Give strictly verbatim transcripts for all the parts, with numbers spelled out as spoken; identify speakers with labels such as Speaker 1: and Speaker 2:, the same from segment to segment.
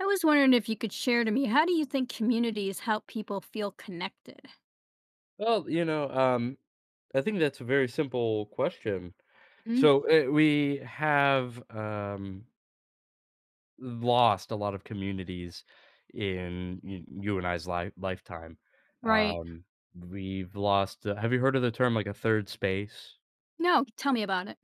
Speaker 1: I was wondering if you could share to me, how do you think communities help people feel connected?
Speaker 2: Well, you know, um, I think that's a very simple question.
Speaker 1: Mhm.
Speaker 2: So uh, we have um, lost a lot of communities in y- you and I's life lifetime.
Speaker 1: Right.
Speaker 2: Um, we've lost. Uh, have you heard of the term like a third space?
Speaker 1: No, tell me about it.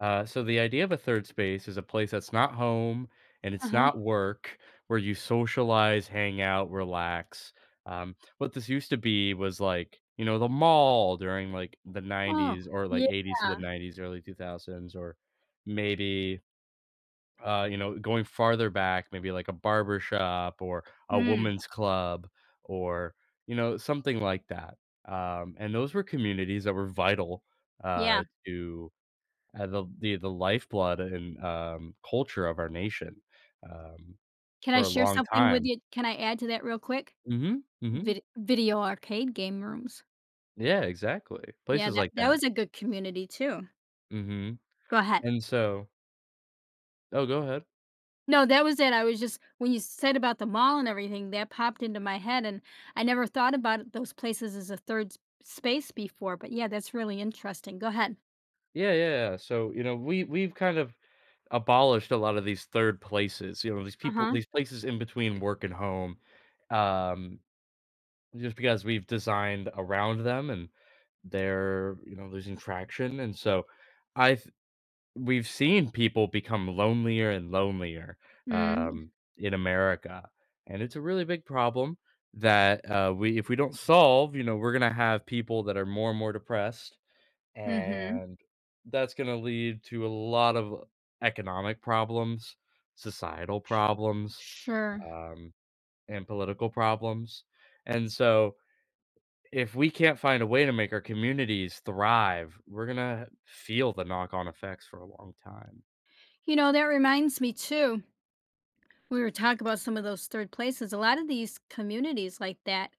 Speaker 2: Uh, so the idea of a third space is a place that's not home and it's
Speaker 1: Uh-huh.
Speaker 2: not work, where you socialize, hang out, relax. Um, what this used to be was like you know the mall during like the
Speaker 1: Oh,
Speaker 2: nineties or like
Speaker 1: yeah.
Speaker 2: eighties to the nineties, early two thousands, or maybe uh, you know, going farther back, maybe like a barber shop or a
Speaker 1: Mm,
Speaker 2: woman's club or you know something like that. Um, and those were communities that were vital
Speaker 1: yeah.
Speaker 2: uh, to uh, the the the lifeblood and, um, culture of our nation, um,
Speaker 1: Can I
Speaker 2: for a
Speaker 1: share
Speaker 2: long
Speaker 1: something with
Speaker 2: time.
Speaker 1: you? Can I add to that real quick?
Speaker 2: Mhm, mhm.
Speaker 1: Vid- video arcade game rooms.
Speaker 2: Yeah, exactly.
Speaker 1: Yeah,
Speaker 2: Places
Speaker 1: that
Speaker 2: like
Speaker 1: that was
Speaker 2: that.
Speaker 1: a good community too.
Speaker 2: Mhm,
Speaker 1: Go ahead.
Speaker 2: and so. Oh, go ahead.
Speaker 1: No, that was it. I was just, when you said about the mall and everything, that popped into my head. And I never thought about it- those places as a third s- space before, but yeah, that's really interesting. Go ahead.
Speaker 2: Yeah, yeah, yeah. So, you know, we we've kind of abolished a lot of these third places, you know, these people these places in between work and home, um, just because we've designed around them, and they're, you know, losing traction, and so I th we've seen people become lonelier and lonelier,
Speaker 1: Uh-huh.
Speaker 2: um, in America, and it's a really big problem that, uh, we, if we don't solve, you know, we're gonna have people that are more and more depressed,
Speaker 1: Mm-hmm.
Speaker 2: and that's gonna lead to a lot of economic problems, societal problems,
Speaker 1: Sure.
Speaker 2: um, and political problems, and so, if we can't find a way to make our communities thrive, we're gonna feel the knock-on effects for a long time.
Speaker 1: You know, that reminds me too. We were talking about some of those third places. A lot of these communities like that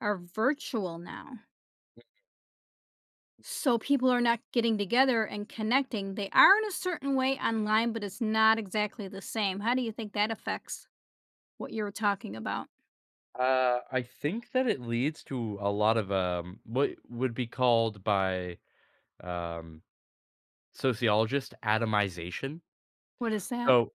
Speaker 1: are virtual now. So people are not getting together and connecting. They are, in a certain way, online, but it's not exactly the same. How do you think that affects what you were talking about?
Speaker 2: Uh, I think that it leads to a lot of um, what would be called by um, sociologists atomization.
Speaker 1: What is that?
Speaker 2: So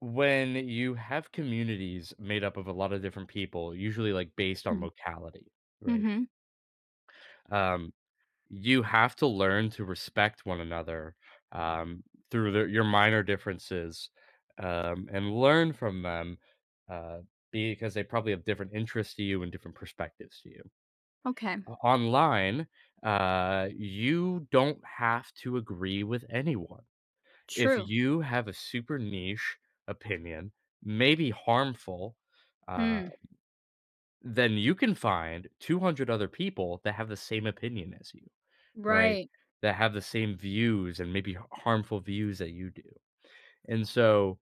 Speaker 2: when you have communities made up of a lot of different people, usually like based on locality, right?
Speaker 1: Mm-hmm.
Speaker 2: Um, you have to learn to respect one another um, through their, your minor differences, um, and learn from them uh, because they probably have different interests to you and different perspectives to you.
Speaker 1: Okay.
Speaker 2: Online, uh, you don't have to agree with anyone. If
Speaker 1: True.
Speaker 2: you have a super niche opinion, maybe harmful, uh,
Speaker 1: Mm.
Speaker 2: then you can find two hundred other people that have the same opinion as you, right?
Speaker 1: Right.
Speaker 2: That have the same views and maybe h harmful views that you do. And so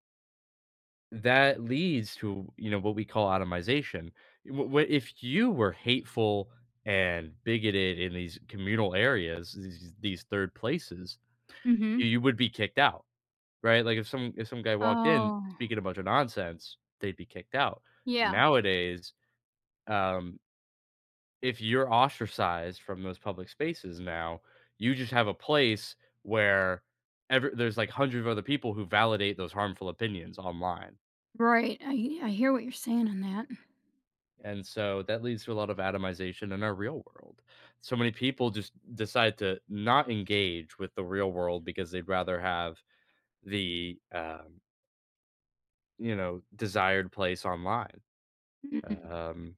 Speaker 2: that leads to, you know, what we call atomization. W w if you were hateful and bigoted in these communal areas, these these third places, you
Speaker 1: Mm-hmm.
Speaker 2: you would be kicked out, right? Like, if some if some guy walked in
Speaker 1: Oh,
Speaker 2: speaking a bunch of nonsense, they'd be kicked out.
Speaker 1: yeah.
Speaker 2: Nowadays, um, if you're ostracized from those public spaces now, you just have a place where ever there's, like, hundreds of other people who validate those harmful opinions online.
Speaker 1: Right. I I hear what you're saying on that.
Speaker 2: And so that leads to a lot of atomization in our real world. So many people just decide to not engage with the real world because they'd rather have the um, you know, desired place online.
Speaker 1: Mm-mm.
Speaker 2: Um,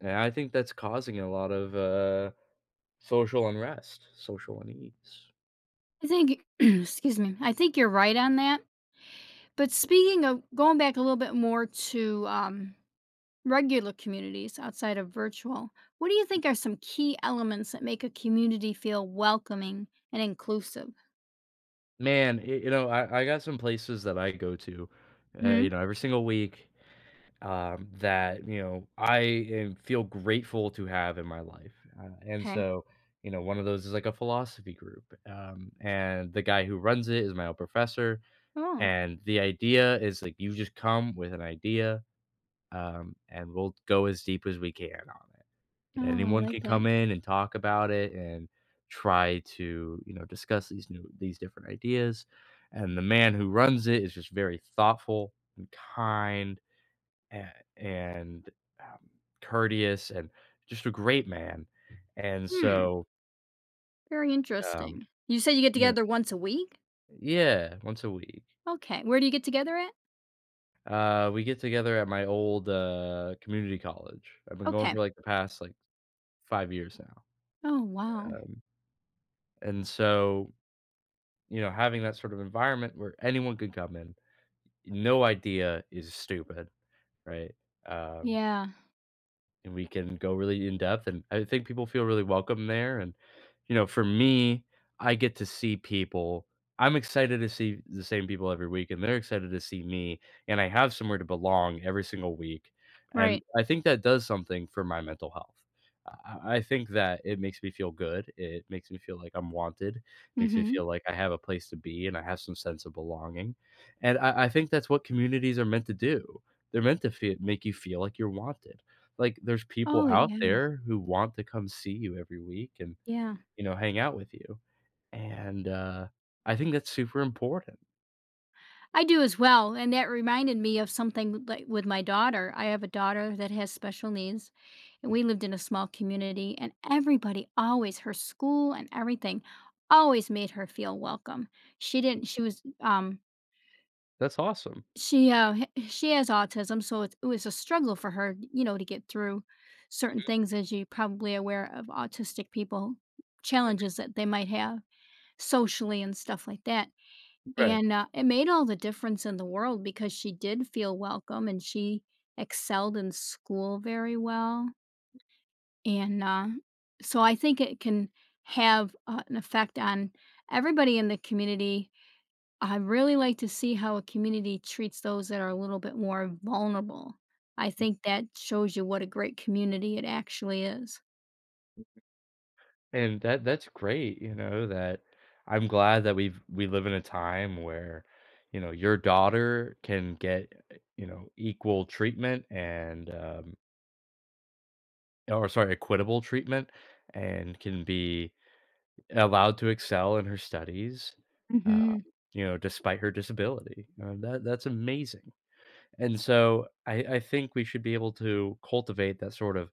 Speaker 2: and I think that's causing a lot of uh, social unrest, social unease.
Speaker 1: I think excuse me. I think you're right on that. But speaking of going back a little bit more to um, regular communities outside of virtual, what do you think are some key elements that make a community feel welcoming and inclusive?
Speaker 2: Man, y- you know, I, I got some places that I go to, uh, you
Speaker 1: Hmm.
Speaker 2: know, every single week, um, that you know I am, feel grateful to have in my life, uh, and
Speaker 1: Okay.
Speaker 2: so you know one of those is like a philosophy group, um, and the guy who runs it is my old professor,
Speaker 1: Oh.
Speaker 2: and the idea is like you just come with an idea, um, and we'll go as deep as we can on it. And
Speaker 1: Oh, I
Speaker 2: anyone
Speaker 1: like
Speaker 2: can
Speaker 1: that.
Speaker 2: come in and talk about it and try to you know discuss these new these different ideas, and the man who runs it is just very thoughtful and kind a- and um, courteous and just a great man. And
Speaker 1: Hmm.
Speaker 2: so,
Speaker 1: Very
Speaker 2: um,
Speaker 1: interesting. You said you get
Speaker 2: you know,
Speaker 1: together once a week?
Speaker 2: yeah, once a week.
Speaker 1: Okay. Where do you get together at?
Speaker 2: Uh, we get together at my old uh, community college. I've been going
Speaker 1: Okay.
Speaker 2: for like the past like five years now.
Speaker 1: Oh, wow.
Speaker 2: Um, and so, you know, having that sort of environment where anyone could come in, no idea is stupid, right? Um,
Speaker 1: Yeah.
Speaker 2: and we can go really in depth. And I think people feel really welcome there. And, you know, for me, I get to see people. I'm excited to see the same people every week, and they're excited to see me. And I have somewhere to belong every single week. And
Speaker 1: Right.
Speaker 2: I think that does something for my mental health. I I think that it makes me feel good. It makes me feel like I'm wanted. It makes me
Speaker 1: Mm-hmm.
Speaker 2: feel like I have a place to be and I have some sense of belonging. And I, I think that's what communities are meant to do. They're meant to feel, make you feel like you're wanted. Like, there's people
Speaker 1: Oh,
Speaker 2: out
Speaker 1: yeah.
Speaker 2: there who want to come see you every week and,
Speaker 1: Yeah.
Speaker 2: you know, hang out with you, and, uh, I think that's super important.
Speaker 1: I do as well, and that reminded me of something like with my daughter. I have a daughter that has special needs, and we lived in a small community, and everybody always, her school and everything, always made her feel welcome. She didn't. She was. Um.
Speaker 2: That's awesome.
Speaker 1: She. Uh. h- She has autism, so it, it was a struggle for her, you know, to get through certain things. As you're probably aware of autistic people,
Speaker 2: Mhm,
Speaker 1: challenges that they might have socially and stuff like that,
Speaker 2: right.
Speaker 1: and, uh, it made all the difference in the world, because she did feel welcome and she excelled in school very well. And, uh, so I think it can have, uh, an effect on everybody in the community. I really like to see how a community treats those that are a little bit more vulnerable. I
Speaker 2: Mm,
Speaker 1: think that shows you what a great community it actually is.
Speaker 2: and that that's great, you know, that I'm glad that we've we live in a time where, you know, your daughter can get, eh, you know, equal treatment and, um or sorry, equitable treatment and can be allowed to excel in her studies, um,
Speaker 1: Mhm,
Speaker 2: you know, despite her disability, uh, that that's amazing, and so I I think we should be able to cultivate that sort of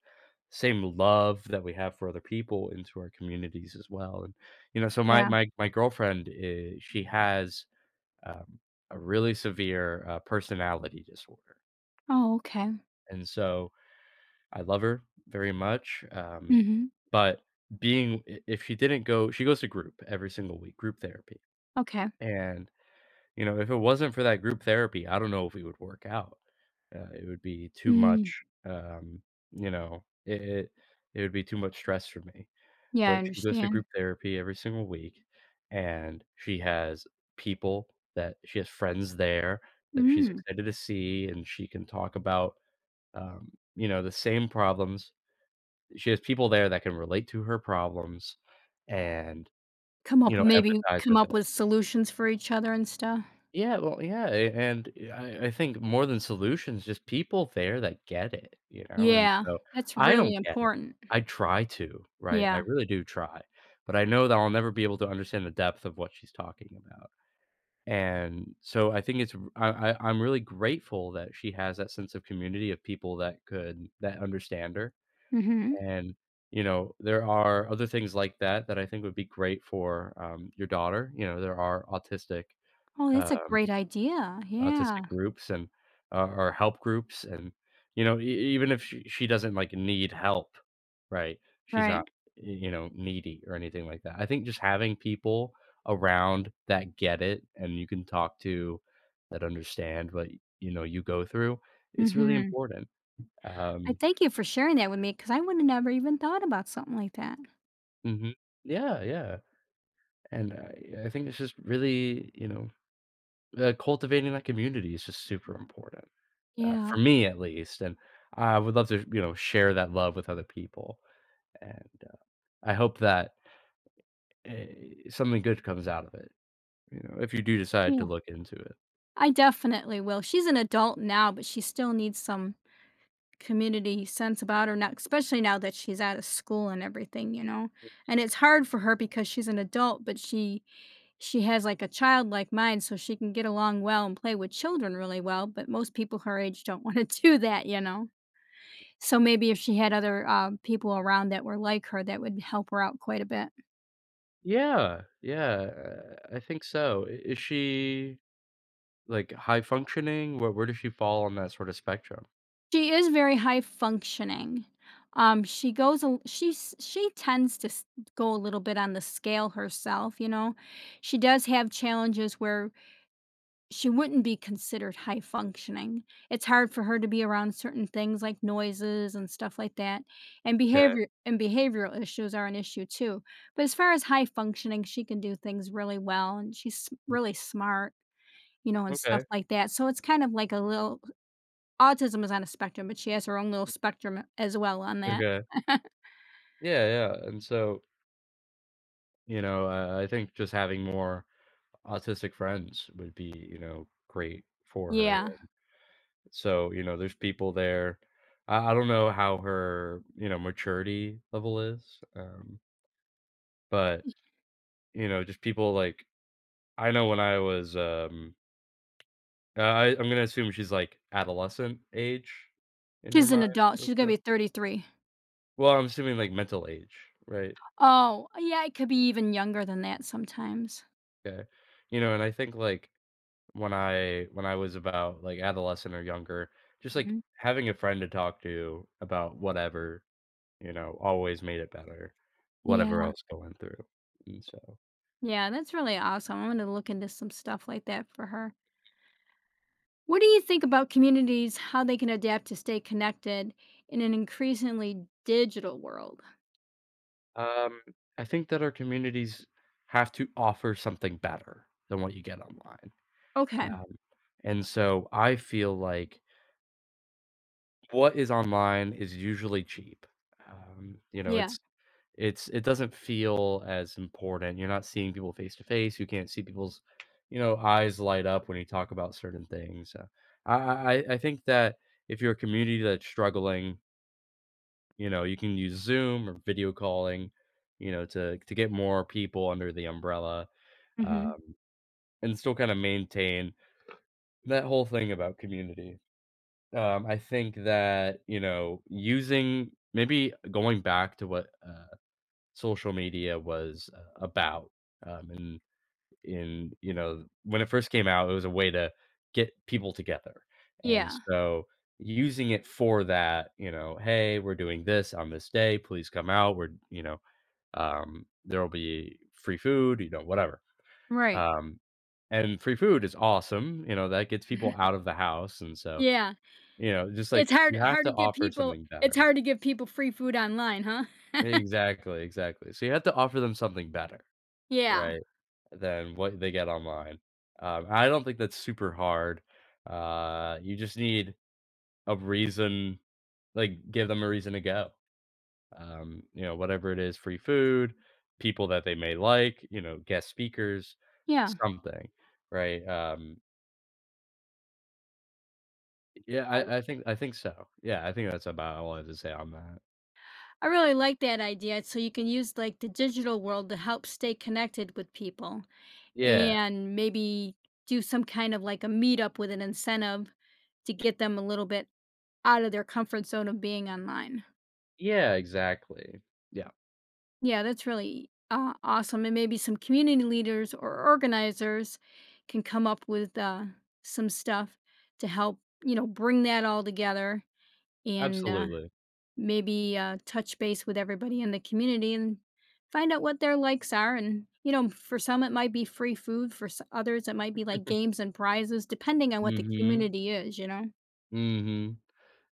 Speaker 2: same love that we have for other people into our communities as well, and, you know, so my
Speaker 1: yeah.
Speaker 2: my my girlfriend, is she has, um, a really severe, uh, personality disorder,
Speaker 1: Oh, okay.
Speaker 2: and so I love her very much, um,
Speaker 1: Mhm.
Speaker 2: but being I if she didn't go she goes to group every single week, group therapy.
Speaker 1: Okay.
Speaker 2: And, you know, if it wasn't for that group therapy, I don't know if it would work out. Uh, it would be too
Speaker 1: Mm,
Speaker 2: much, um, you know, it, it it would be too much stress for me.
Speaker 1: yeah, I
Speaker 2: But she goes to
Speaker 1: understand.
Speaker 2: group therapy every single week and she has people that she has friends there that she's
Speaker 1: Mm.
Speaker 2: excited to see and she can talk about um, you know, the same problems. She has people there that can relate to her problems and,
Speaker 1: Come
Speaker 2: you
Speaker 1: up
Speaker 2: know,
Speaker 1: with, maybe
Speaker 2: empathize
Speaker 1: come
Speaker 2: with her.
Speaker 1: up with, solutions for each other and stuff.
Speaker 2: Yeah, well, yeah, a- and yeah, I, I think more than solutions, just people there that get it, you know. And
Speaker 1: Yeah,
Speaker 2: so
Speaker 1: that's
Speaker 2: I
Speaker 1: really
Speaker 2: don't get it.
Speaker 1: important.
Speaker 2: I try to, right? I
Speaker 1: Yeah.
Speaker 2: really do try, but I know that I'll never be able to understand the depth of what she's talking about. And so I think it's r- I, I am really grateful that she has that sense of community of people that could that understand her.
Speaker 1: Mhm.
Speaker 2: And you know, there are other things like that that I think would be great for um, your daughter. You know, there are autistic.
Speaker 1: Oh, that's a
Speaker 2: Um,
Speaker 1: great idea. Yeah.
Speaker 2: Autistic groups and uh, or help groups and you know e- even if she, she doesn't like need help, right, she's
Speaker 1: Right.
Speaker 2: not y- you know needy or anything like that. I think just having people around that get it and you can talk to, that understand what you know you go through, is really
Speaker 1: Mhm.
Speaker 2: important.
Speaker 1: I
Speaker 2: um
Speaker 1: thank you for sharing that with me, because I would have never even thought about something like that.
Speaker 2: hmm yeah, yeah, and I, I think it's just really you know uh, cultivating that community is just super important. Uh,
Speaker 1: Yeah.
Speaker 2: for me at least, and I would love to, you know, share that love with other people, and, uh, I hope that, eh, something good comes out of it, you know, if you do decide to
Speaker 1: Yeah.
Speaker 2: look into it.
Speaker 1: I definitely will. She's an adult now, but she still needs some community sense about her now, especially now that she's out of school and everything, you know. And it's hard for her because she's an adult, but she she has like a childlike mind, so she can get along well and play with children really well, but most people her age don't want to do that, you know. So maybe if she had other uh, people around that were like her, that would help her out quite a bit.
Speaker 2: Yeah, yeah, uh, I think so. I Is she, like, high functioning? Where where does she fall on that sort of spectrum?
Speaker 1: She is very high functioning. Um, she goes a she's she tends to s- go a little bit on the scale herself, you know. She does have challenges where she wouldn't be considered high functioning. It's hard for her to be around certain things like noises and stuff like that. And
Speaker 2: Okay,
Speaker 1: behavior, and behavioral issues are an issue too. But as far as high functioning, she can do things really well and she's s-
Speaker 2: mm,
Speaker 1: really smart, you know, and stuff
Speaker 2: okay,
Speaker 1: like that. So it's kind of like a little, autism is on a spectrum, but she has her own little spectrum, uh, as well on that.
Speaker 2: okay. Yeah, yeah, and so, you know, I I think just having more autistic friends would be, you know, great for her.
Speaker 1: Yeah.
Speaker 2: So, you know, there's people there. I, I don't know how her, you know, maturity level is. Um, but, you know, just people like I know when I was um uh, I, I'm gonna assume she's like adolescent age in her
Speaker 1: She's an
Speaker 2: mind
Speaker 1: adult.
Speaker 2: or
Speaker 1: She's going to
Speaker 2: so.
Speaker 1: be thirty-three.
Speaker 2: Well, I'm assuming like mental age, right?
Speaker 1: Oh, yeah, it could be even younger than that sometimes.
Speaker 2: Okay. You know, and I think like when I when I was about like adolescent or younger, just like
Speaker 1: Mhm.
Speaker 2: having a friend to talk to about whatever, you know, always made it better, whatever
Speaker 1: Yeah.
Speaker 2: else going through, and so,
Speaker 1: Yeah, that's really awesome. I'm going to look into some stuff like that for her. What do you think about communities, how they can adapt to stay connected in an increasingly digital world?
Speaker 2: um, I think that our communities have to offer something better than what you get online,
Speaker 1: Okay.
Speaker 2: um, and so I feel like what is online is usually cheap, um, you know,
Speaker 1: Yeah.
Speaker 2: it's it's it doesn't feel as important, you're not seeing people face to face, you can't see people's, you know, eyes light up when you talk about certain things, uh, I I I I think that if you're a community that's struggling, you know, you can use Zoom or video calling, you know, to to get more people under the umbrella,
Speaker 1: Hmm.
Speaker 2: um, and still kinda maintain that whole thing about community. Um, I think that, you know, using maybe going back to what, uh, social media was, uh, about, um, and in you know, when it first came out, it was a way to get people together, and
Speaker 1: Yeah.
Speaker 2: so using it for that, you know, "Hey, we're doing this on this day, please come out, we're" you know, um, there'll be free food, you know, whatever.
Speaker 1: Right.
Speaker 2: Um, and free food is awesome, you know, that gets people out of the house, and so,
Speaker 1: Yeah.
Speaker 2: you know, just
Speaker 1: It's
Speaker 2: like
Speaker 1: hard
Speaker 2: you have
Speaker 1: hard
Speaker 2: to
Speaker 1: to give
Speaker 2: offer
Speaker 1: people,
Speaker 2: something
Speaker 1: it's
Speaker 2: better.
Speaker 1: hard to give people free food online, huh?
Speaker 2: Exactly, exactly. So you have to offer them something better,
Speaker 1: Yeah.
Speaker 2: right, than what they get online. Um, I don't think that's super hard. Uh, you just need a reason, like, give them a reason to go. Um, you know, whatever it is, free food, people that they may like, you know, guest speakers,
Speaker 1: Yeah.
Speaker 2: something, right? Um, yeah,
Speaker 1: I,
Speaker 2: I, I think I think so. Yeah, I think that's about all I have to say on that.
Speaker 1: I really like that idea. So you can use like the digital world to help stay connected with people.
Speaker 2: Yeah,
Speaker 1: And maybe do some kind of like a meetup with an incentive to get them a little bit out of their comfort zone of being online.
Speaker 2: yeah, exactly. Yeah,
Speaker 1: Yeah, that's really uh, awesome. And maybe some community leaders or organizers can come up with uh, some stuff to help, you know, bring that all together, and uh,
Speaker 2: absolutely.
Speaker 1: maybe uh, touch base with everybody in the community and find out what their likes are. And, you know, for some, it might be free food. For s- others, it might be like games and prizes, depending on what the
Speaker 2: Hmm.
Speaker 1: community is, you know?
Speaker 2: Hmm.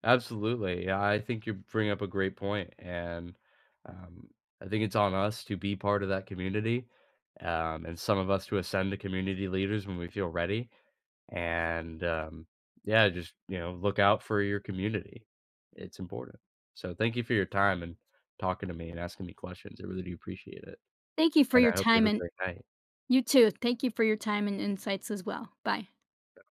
Speaker 2: Absolutely. Yeah, I think you bring up a great point, and um, I think it's on us to be part of that community, um, and some of us to ascend to community leaders when we feel ready. And um, Yeah, just you know, look out for your community. It's important. So thank you for your time and talking to me and asking me questions. I really do appreciate it,
Speaker 1: Thank you for
Speaker 2: and
Speaker 1: your
Speaker 2: I hope you
Speaker 1: time.
Speaker 2: have a
Speaker 1: And
Speaker 2: great night.
Speaker 1: you too. Thank you for your time and insights as well. Bye.